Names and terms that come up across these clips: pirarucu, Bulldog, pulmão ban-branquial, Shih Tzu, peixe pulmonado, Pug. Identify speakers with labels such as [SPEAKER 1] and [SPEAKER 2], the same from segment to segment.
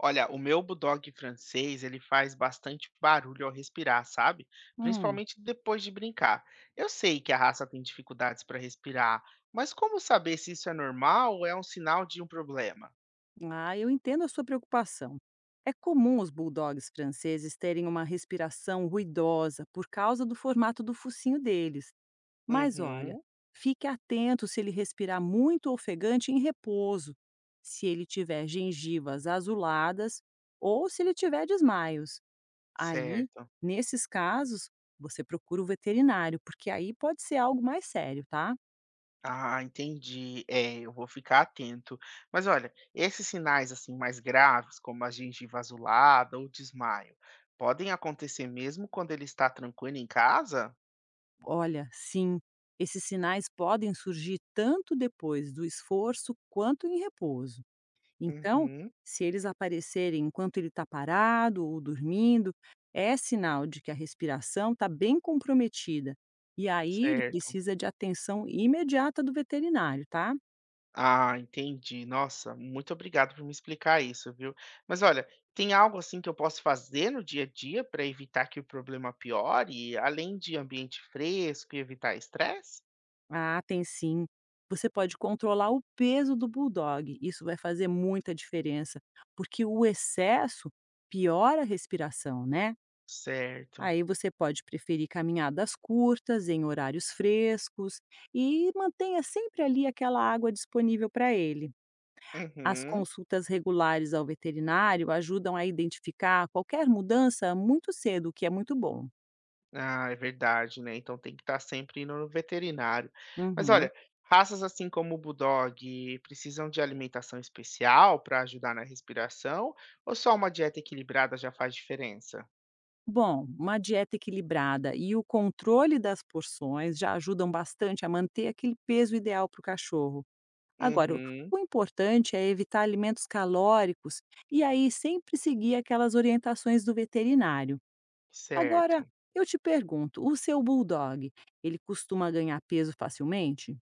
[SPEAKER 1] Olha, o meu bulldog francês, ele faz bastante barulho ao respirar, sabe?
[SPEAKER 2] Hum,
[SPEAKER 1] Principalmente depois de brincar. Eu sei que a raça tem dificuldades para respirar, mas como saber se isso é normal ou é um sinal de um problema?
[SPEAKER 2] ah, eu entendo a sua preocupação. É comum os bulldogs franceses terem uma respiração ruidosa por causa do formato do focinho deles. Mas olha,
[SPEAKER 1] Uhum,
[SPEAKER 2] fique atento se ele respirar muito ofegante em repouso, se ele tiver gengivas azuladas ou se ele tiver desmaios. Aí,
[SPEAKER 1] certo.
[SPEAKER 2] nesses casos, você procura o veterinário, porque aí pode ser algo mais sério, tá?
[SPEAKER 1] Ah, entendi. É, eu vou ficar atento. Mas olha, esses sinais assim mais graves, como a gengiva azulada ou desmaio, podem acontecer mesmo quando ele está tranquilo em casa?
[SPEAKER 2] Olha, sim, esses sinais podem surgir tanto depois do esforço quanto em repouso. Então,
[SPEAKER 1] Uhum,
[SPEAKER 2] se eles aparecerem enquanto ele está parado ou dormindo, é sinal de que a respiração está bem comprometida. E aí ele
[SPEAKER 1] certo.
[SPEAKER 2] precisa de atenção imediata do veterinário, tá?
[SPEAKER 1] Ah, entendi. Nossa, muito obrigado por me explicar isso, viu? Mas olha, tem algo assim que eu posso fazer no dia a dia para evitar que o problema piore, além de ambiente fresco e evitar estresse?
[SPEAKER 2] Ah, tem sim. Você pode controlar o peso do bulldog. Isso vai fazer muita diferença, porque o excesso piora a respiração, né?
[SPEAKER 1] Certo.
[SPEAKER 2] Aí você pode preferir caminhadas curtas, em horários frescos, e mantenha sempre ali aquela água disponível para ele. As
[SPEAKER 1] Uhum.
[SPEAKER 2] consultas regulares ao veterinário ajudam a identificar qualquer mudança muito cedo, o que é muito bom.
[SPEAKER 1] Ah, é verdade, né? Então tem que estar sempre indo no veterinário. Mas
[SPEAKER 2] Uhum.
[SPEAKER 1] olha, raças assim como o Bulldog precisam de alimentação especial para ajudar na respiração, ou só uma dieta equilibrada já faz diferença?
[SPEAKER 2] Bom, uma dieta equilibrada e o controle das porções já ajudam bastante a manter aquele peso ideal para o cachorro. Agora, o
[SPEAKER 1] Uhum,
[SPEAKER 2] o importante é evitar alimentos calóricos e aí sempre seguir aquelas orientações do veterinário. Agora,
[SPEAKER 1] certo.
[SPEAKER 2] eu te pergunto, o seu bulldog, ele costuma ganhar peso facilmente?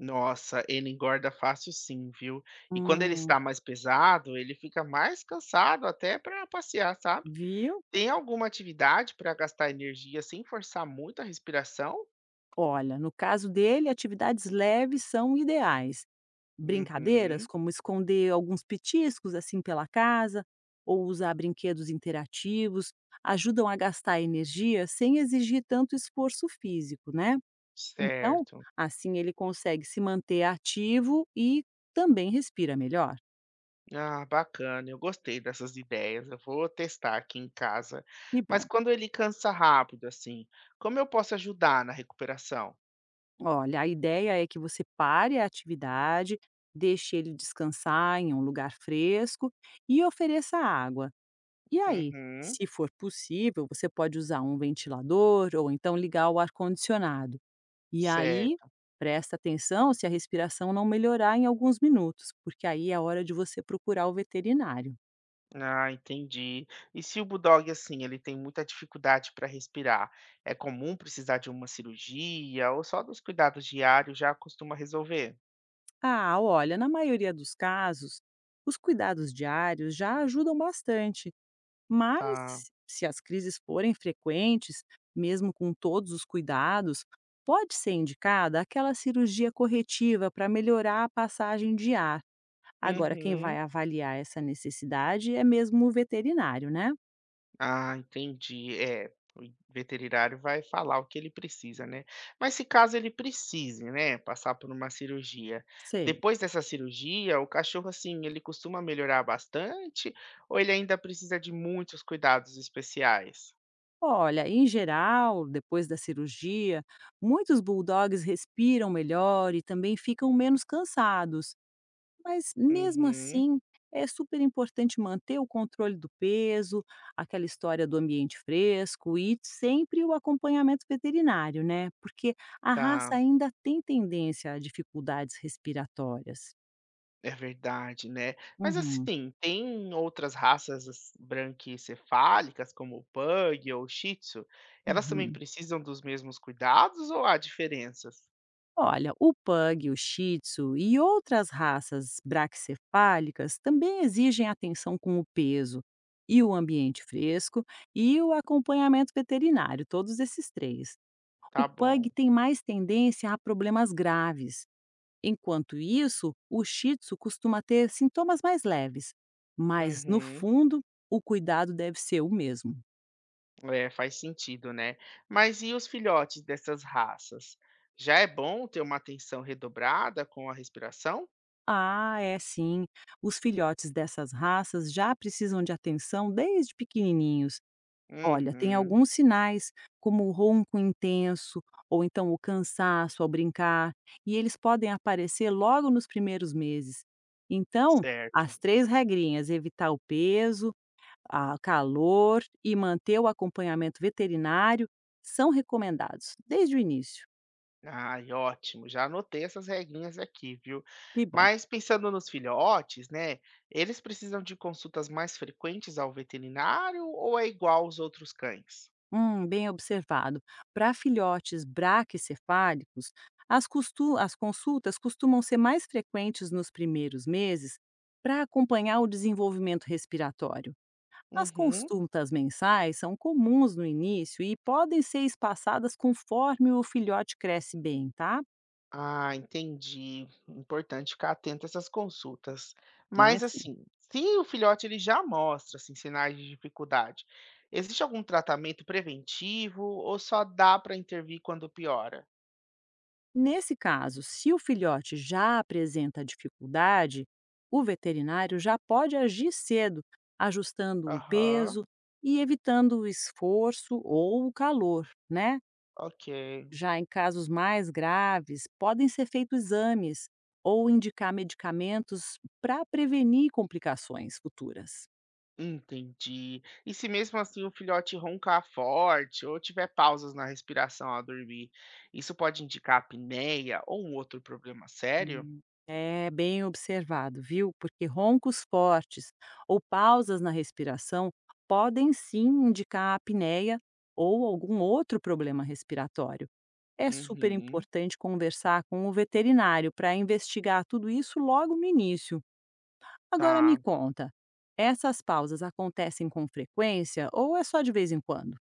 [SPEAKER 1] Nossa, ele engorda fácil sim, viu. E quando ele
[SPEAKER 2] Hum,
[SPEAKER 1] está mais pesado, ele fica mais cansado até para passear, sabe.
[SPEAKER 2] viu?
[SPEAKER 1] Tem alguma atividade para gastar energia sem forçar muito a respiração?
[SPEAKER 2] Olha, no caso dele, atividades leves são ideais. Brincadeiras
[SPEAKER 1] Uhum,
[SPEAKER 2] como esconder alguns petiscos assim pela casa ou usar brinquedos interativos ajudam a gastar energia sem exigir tanto esforço físico, né? Então,
[SPEAKER 1] certo.
[SPEAKER 2] assim ele consegue se manter ativo e também respira melhor.
[SPEAKER 1] Ah, bacana, eu gostei dessas ideias, eu vou testar aqui em casa.
[SPEAKER 2] E
[SPEAKER 1] Mas
[SPEAKER 2] bom.
[SPEAKER 1] quando ele cansa rápido, assim, como eu posso ajudar na recuperação?
[SPEAKER 2] Olha, a ideia é que você pare a atividade, deixe ele descansar em um lugar fresco e ofereça água. E aí,
[SPEAKER 1] Uhum,
[SPEAKER 2] se for possível, você pode usar um ventilador ou então ligar o ar-condicionado. E aí,
[SPEAKER 1] certo.
[SPEAKER 2] presta atenção se a respiração não melhorar em alguns minutos, porque aí é hora de você procurar o veterinário.
[SPEAKER 1] Ah, entendi. E se o Bulldog, assim, ele tem muita dificuldade para respirar, é comum precisar de uma cirurgia ou só dos cuidados diários já costuma resolver?
[SPEAKER 2] Ah, olha, na maioria dos casos, os cuidados diários já ajudam bastante,
[SPEAKER 1] Tá.
[SPEAKER 2] mas se as crises forem frequentes, mesmo com todos os cuidados, pode ser indicada aquela cirurgia corretiva para melhorar a passagem de ar. Agora, quem
[SPEAKER 1] Uhum.
[SPEAKER 2] vai avaliar essa necessidade é mesmo o veterinário, né?
[SPEAKER 1] Ah, entendi. É, o veterinário vai falar o que ele precisa, né? Mas se caso ele precise, né, passar por uma cirurgia,
[SPEAKER 2] Sei.
[SPEAKER 1] depois dessa cirurgia, o cachorro, assim, ele costuma melhorar bastante ou ele ainda precisa de muitos cuidados especiais?
[SPEAKER 2] Olha, em geral, depois da cirurgia, muitos bulldogs respiram melhor e também ficam menos cansados. Mas mesmo
[SPEAKER 1] Uhum.
[SPEAKER 2] assim, é super importante manter o controle do peso, aquela história do ambiente fresco e sempre o acompanhamento veterinário, né? Porque a raça
[SPEAKER 1] Tá.
[SPEAKER 2] ainda tem tendência a dificuldades respiratórias.
[SPEAKER 1] É verdade, né. Mas
[SPEAKER 2] Uhum,
[SPEAKER 1] assim, tem outras raças ass branquicefálicas, como o Pug ou o Shih Tzu, elas também
[SPEAKER 2] uhum.
[SPEAKER 1] precisam dos mesmos cuidados ou há diferenças?
[SPEAKER 2] Olha, o pug, o shih tzu e outras raças braquicefálicas também exigem atenção com o peso e o ambiente fresco e o acompanhamento veterinário, todos esses três. O
[SPEAKER 1] Tá bom.
[SPEAKER 2] pug tem mais tendência a problemas graves. Enquanto isso, o shih tzu costuma ter sintomas mais leves. Mas, no
[SPEAKER 1] Uhum.
[SPEAKER 2] fundo, o cuidado deve ser o mesmo.
[SPEAKER 1] É, faz sentido, né. Mas e os filhotes dessas raças? Já é bom ter uma atenção redobrada com a respiração?
[SPEAKER 2] Ah, é sim. Os filhotes dessas raças já precisam de atenção desde pequenininhos. Olha, tem
[SPEAKER 1] Uhum.
[SPEAKER 2] alguns sinais, como o ronco intenso ou então o cansaço ao brincar, e eles podem aparecer logo nos primeiros meses. Então,
[SPEAKER 1] Certo.
[SPEAKER 2] as três regrinhas: evitar o peso, a calor e manter o acompanhamento veterinário são recomendados desde o início.
[SPEAKER 1] Ai, ótimo. Já anotei essas regrinhas aqui, viu?
[SPEAKER 2] Que bom.
[SPEAKER 1] Mas pensando nos filhotes, né? Eles precisam de consultas mais frequentes ao veterinário ou é igual aos outros cães?
[SPEAKER 2] Bem observado. Para filhotes braquicefálicos, as consultas costumam ser mais frequentes nos primeiros meses para acompanhar o desenvolvimento respiratório. As
[SPEAKER 1] Uhum.
[SPEAKER 2] consultas mensais são comuns no início e podem ser espaçadas conforme o filhote cresce bem, tá?
[SPEAKER 1] Ah, entendi. Importante ficar atento a essas consultas.
[SPEAKER 2] É,
[SPEAKER 1] Mas
[SPEAKER 2] assim.
[SPEAKER 1] assim, se o filhote ele já mostra assim, sinais de dificuldade, existe algum tratamento preventivo ou só dá para intervir quando piora?
[SPEAKER 2] Nesse caso, se o filhote já apresenta dificuldade, o veterinário já pode agir cedo, ajustando o
[SPEAKER 1] Aham,
[SPEAKER 2] peso e evitando o esforço ou o calor, né?
[SPEAKER 1] ok.
[SPEAKER 2] Já em casos mais graves, podem ser feitos exames ou indicar medicamentos para prevenir complicações futuras.
[SPEAKER 1] Entendi. E se mesmo assim o filhote roncar forte ou tiver pausas na respiração ao dormir, isso pode indicar apneia ou um outro problema sério?
[SPEAKER 2] Hum, É bem observado, viu? Porque roncos fortes ou pausas na respiração podem sim indicar apneia ou algum outro problema respiratório. É super
[SPEAKER 1] Uhum,
[SPEAKER 2] importante conversar com o veterinário para investigar tudo isso logo no início. Agora me
[SPEAKER 1] tá.
[SPEAKER 2] conta, essas pausas acontecem com frequência ou é só de vez em quando?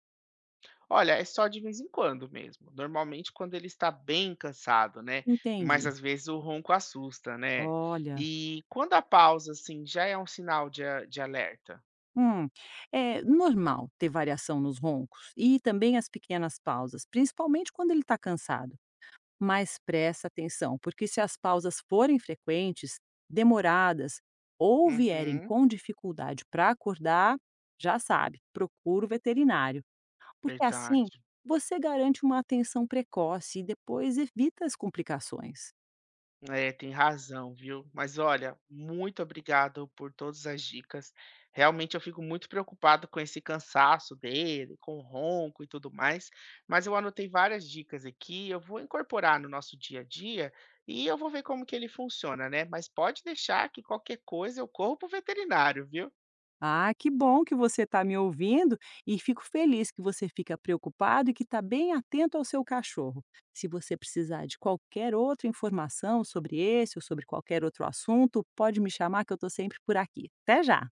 [SPEAKER 1] Olha, é só de vez em quando mesmo. Normalmente quando ele está bem cansado, né? Mas
[SPEAKER 2] Entendi.
[SPEAKER 1] às vezes o ronco assusta, né?
[SPEAKER 2] Olha,
[SPEAKER 1] E quando a pausa, assim, já é um sinal de, de alerta.
[SPEAKER 2] Hum, é normal ter variação nos roncos e também as pequenas pausas, principalmente quando ele está cansado. Mas presta atenção, porque se as pausas forem frequentes, demoradas ou vierem
[SPEAKER 1] Uhum,
[SPEAKER 2] com dificuldade para acordar, já sabe, procura o veterinário, porque assim
[SPEAKER 1] verdade.
[SPEAKER 2] você garante uma atenção precoce e depois evita as complicações.
[SPEAKER 1] É, tem razão, viu? Mas olha, muito obrigado por todas as dicas. Realmente eu fico muito preocupado com esse cansaço dele, com o ronco e tudo mais, mas eu anotei várias dicas aqui, eu vou incorporar no nosso dia a dia e eu vou ver como que ele funciona, né? Mas pode deixar que qualquer coisa eu corro pro veterinário, viu?
[SPEAKER 2] Ah, que bom que você está me ouvindo e fico feliz que você fica preocupado e que está bem atento ao seu cachorro. Se você precisar de qualquer outra informação sobre esse ou sobre qualquer outro assunto, pode me chamar que eu estou sempre por aqui. Até já!